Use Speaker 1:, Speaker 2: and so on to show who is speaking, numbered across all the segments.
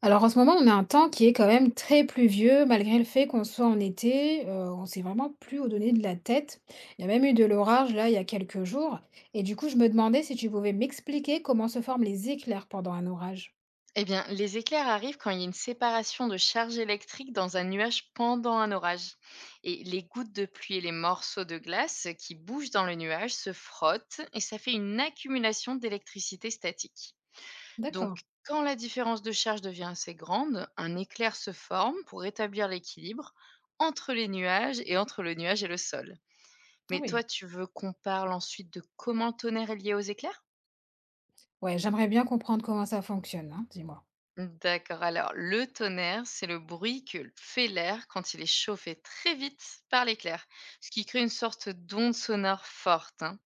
Speaker 1: Alors en ce moment, on a un temps qui est quand même très pluvieux malgré le fait qu'on soit en été, on s'est vraiment plus au donné de la tête. Il y a même eu de l'orage là, il y a quelques jours et du coup, je me demandais si tu pouvais m'expliquer comment se forment les éclairs pendant un orage?
Speaker 2: Eh bien, les éclairs arrivent quand il y a une séparation de charges électriques dans un nuage pendant un orage. Et les gouttes de pluie et les morceaux de glace qui bougent dans le nuage se frottent et ça fait une accumulation d'électricité statique. Donc,
Speaker 1: D'accord.
Speaker 2: quand la différence de charge devient assez grande, un éclair se forme pour rétablir l'équilibre entre les nuages et entre le nuage et le sol.
Speaker 1: Ah
Speaker 2: Mais
Speaker 1: oui.
Speaker 2: toi, tu veux qu'on parle ensuite de comment le tonnerre est lié aux éclairs?
Speaker 1: Ouais, j'aimerais bien comprendre comment ça fonctionne, hein, dis-moi.
Speaker 2: D'accord. Alors, le tonnerre, c'est le bruit que fait l'air quand il est chauffé très vite par l'éclair, ce qui crée une sorte d'onde sonore forte, hein.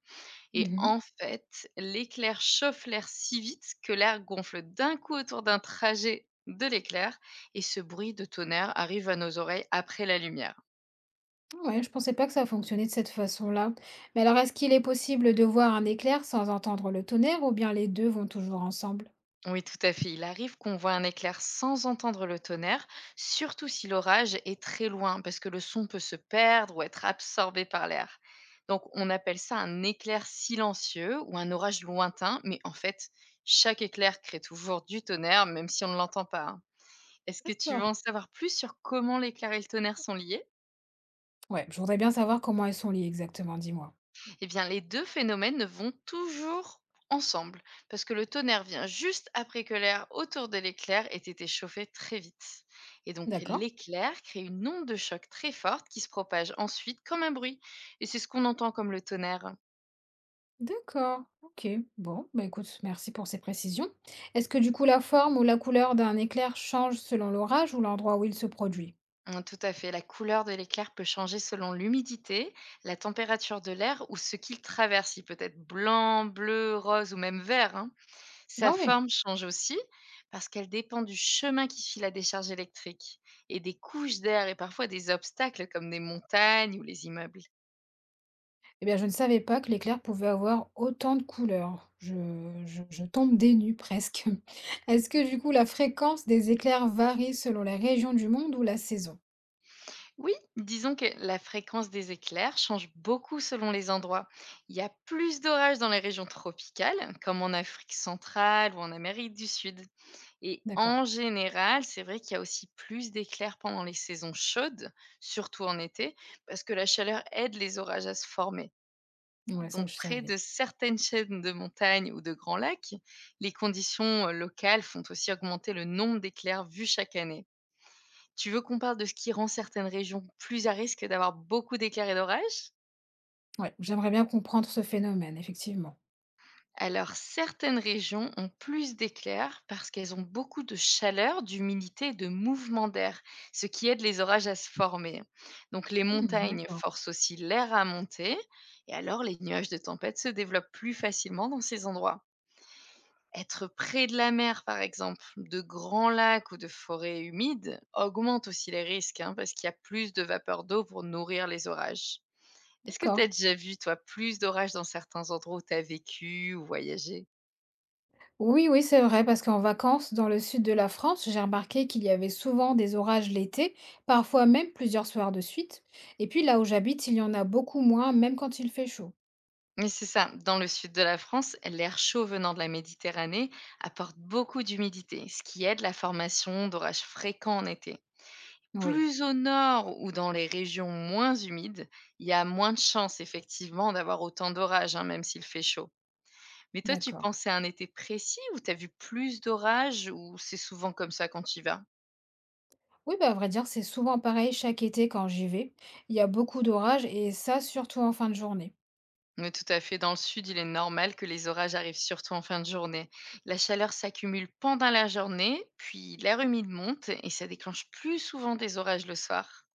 Speaker 2: Et
Speaker 1: Mmh.
Speaker 2: en fait, l'éclair chauffe l'air si vite que l'air gonfle d'un coup autour d'un trajet de l'éclair, et ce bruit de tonnerre arrive à nos oreilles après la lumière.
Speaker 1: Ah ouais, je pensais pas que ça fonctionnait de cette façon-là. Mais alors est-ce qu'il est possible de voir un éclair sans entendre le tonnerre ou bien les 2 vont toujours ensemble?
Speaker 2: Oui, tout à fait. Il arrive qu'on voit un éclair sans entendre le tonnerre, surtout si l'orage est très loin, parce que le son peut se perdre ou être absorbé par l'air. Donc, on appelle ça un éclair silencieux ou un orage lointain, mais en fait, chaque éclair crée toujours du tonnerre, même si on ne l'entend pas, hein. Est-ce que tu veux
Speaker 1: D'accord.
Speaker 2: en savoir plus sur comment l'éclair et le tonnerre sont liés?
Speaker 1: Ouais, je voudrais bien savoir comment elles sont liées exactement, dis-moi.
Speaker 2: Eh bien, les deux phénomènes vont toujours ensemble, parce que le tonnerre vient juste après que l'air autour de l'éclair ait été chauffé très vite. Et donc,
Speaker 1: D'accord.
Speaker 2: l'éclair crée une onde de choc très forte qui se propage ensuite comme un bruit. Et c'est ce qu'on entend comme le tonnerre.
Speaker 1: D'accord, ok. Bon, bah écoute, merci pour ces précisions. Est-ce que du coup la forme ou la couleur d'un éclair change selon l'orage ou l'endroit où il se produit?
Speaker 2: Tout à fait, la couleur de l'éclair peut changer selon l'humidité, la température de l'air ou ce qu'il traverse. Il peut être blanc, bleu, rose ou même vert, hein. Sa
Speaker 1: Ah oui.
Speaker 2: forme change aussi parce qu'elle dépend du chemin qui suit la décharge électrique et des couches d'air et parfois des obstacles comme des montagnes ou les immeubles.
Speaker 1: Eh bien, je ne savais pas que l'éclair pouvait avoir autant de couleurs. Je tombe des nues presque. Est-ce que du coup la fréquence des éclairs varie selon les régions du monde ou la saison?
Speaker 2: Oui, disons que la fréquence des éclairs change beaucoup selon les endroits. Il y a plus d'orages dans les régions tropicales, comme en Afrique centrale ou en Amérique du Sud. Et
Speaker 1: D'accord.
Speaker 2: en général, c'est vrai qu'il y a aussi plus d'éclairs pendant les saisons chaudes, surtout en été, parce que la chaleur aide les orages à se former.
Speaker 1: Ouais, ça
Speaker 2: Donc,
Speaker 1: je
Speaker 2: près
Speaker 1: savais.
Speaker 2: de certaines chaînes de montagnes ou de grands lacs, les conditions locales font aussi augmenter le nombre d'éclairs vus chaque année. Tu veux qu'on parle de ce qui rend certaines régions plus à risque d'avoir beaucoup d'éclairs et d'orages?
Speaker 1: Ouais, j'aimerais bien comprendre ce phénomène, effectivement.
Speaker 2: Alors, certaines régions ont plus d'éclairs parce qu'elles ont beaucoup de chaleur, d'humidité et de mouvement d'air, ce qui aide les orages à se former. Donc, les
Speaker 1: Hmm,
Speaker 2: montagnes
Speaker 1: d'accord,
Speaker 2: forcent aussi l'air à monter et alors les nuages de tempête se développent plus facilement dans ces endroits. Être près de la mer, par exemple, de grands lacs ou de forêts humides augmente aussi les risques, hein, parce qu'il y a plus de vapeur d'eau pour nourrir les orages. Est-ce que tu
Speaker 1: d'accord.
Speaker 2: as déjà vu, toi, plus d'orages dans certains endroits où tu as vécu ou voyagé?
Speaker 1: Oui, oui, c'est vrai, parce qu'en vacances, dans le sud de la France, j'ai remarqué qu'il y avait souvent des orages l'été, parfois même plusieurs soirs de suite. Et puis là où j'habite, il y en a beaucoup moins, même quand il fait chaud.
Speaker 2: Mais c'est ça, dans le sud de la France, l'air chaud venant de la Méditerranée apporte beaucoup d'humidité, ce qui aide la formation d'orages fréquents en été.
Speaker 1: Oui,
Speaker 2: Plus au nord ou dans les régions moins humides, il y a moins de chances effectivement d'avoir autant d'orages, hein, même s'il fait chaud. Mais toi, tu
Speaker 1: d'accord.
Speaker 2: pensais à un été précis où tu as vu plus d'orages ou c'est souvent comme ça quand tu y vas?
Speaker 1: Oui, bah, à vrai dire, c'est souvent pareil chaque été quand j'y vais. Il y a beaucoup d'orages et ça, surtout en fin de journée.
Speaker 2: Oui, tout à fait. Dans le sud, il est normal que les orages arrivent surtout en fin de journée. La chaleur s'accumule pendant la journée, puis l'air humide monte et ça déclenche plus souvent des orages le soir.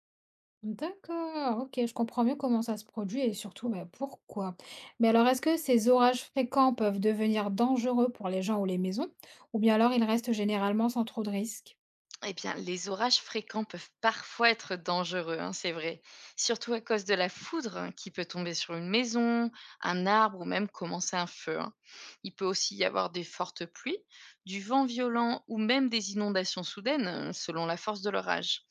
Speaker 1: D'accord, ok, je comprends mieux comment ça se produit et surtout bah, pourquoi. Mais alors, est-ce que ces orages fréquents peuvent devenir dangereux pour les gens ou les maisons, ou bien alors ils restent généralement sans trop de risques?
Speaker 2: Eh bien, les orages fréquents peuvent parfois être dangereux, hein, c'est vrai. Surtout à cause de la foudre, hein, qui peut tomber sur une maison, un arbre ou même commencer un feu, hein. Il peut aussi y avoir des fortes pluies, du vent violent ou même des inondations soudaines, hein, selon la force de l'orage.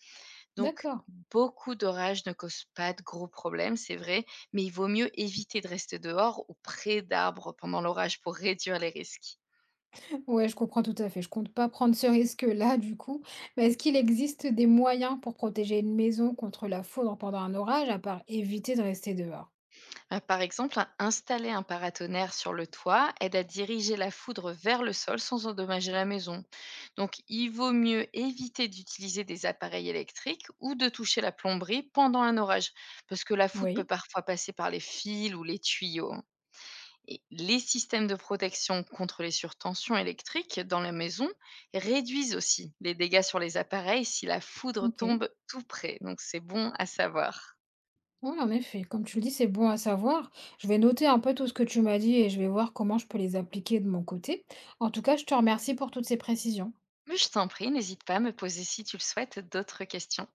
Speaker 2: Donc,
Speaker 1: D'accord.
Speaker 2: beaucoup d'orages ne causent pas de gros problèmes, c'est vrai, mais il vaut mieux éviter de rester dehors ou près d'arbres pendant l'orage pour réduire les risques.
Speaker 1: Ouais, je comprends tout à fait. Je compte pas prendre ce risque-là, du coup. Mais est-ce qu'il existe des moyens pour protéger une maison contre la foudre pendant un orage, à part éviter de rester dehors?
Speaker 2: Par exemple, installer un paratonnerre sur le toit aide à diriger la foudre vers le sol sans endommager la maison. Donc, il vaut mieux éviter d'utiliser des appareils électriques ou de toucher la plomberie pendant un orage, parce que la foudre peut
Speaker 1: Oui.
Speaker 2: parfois passer par les fils ou les tuyaux, hein. Et les systèmes de protection contre les surtensions électriques dans la maison réduisent aussi les dégâts sur les appareils si la foudre
Speaker 1: Ok.
Speaker 2: tombe tout près. Donc, c'est bon à savoir.
Speaker 1: Oui, en effet. Comme tu le dis, c'est bon à savoir. Je vais noter un peu tout ce que tu m'as dit et je vais voir comment je peux les appliquer de mon côté. En tout cas, je te remercie pour toutes ces précisions.
Speaker 2: Mais je t'en prie, n'hésite pas à me poser si tu le souhaites d'autres questions.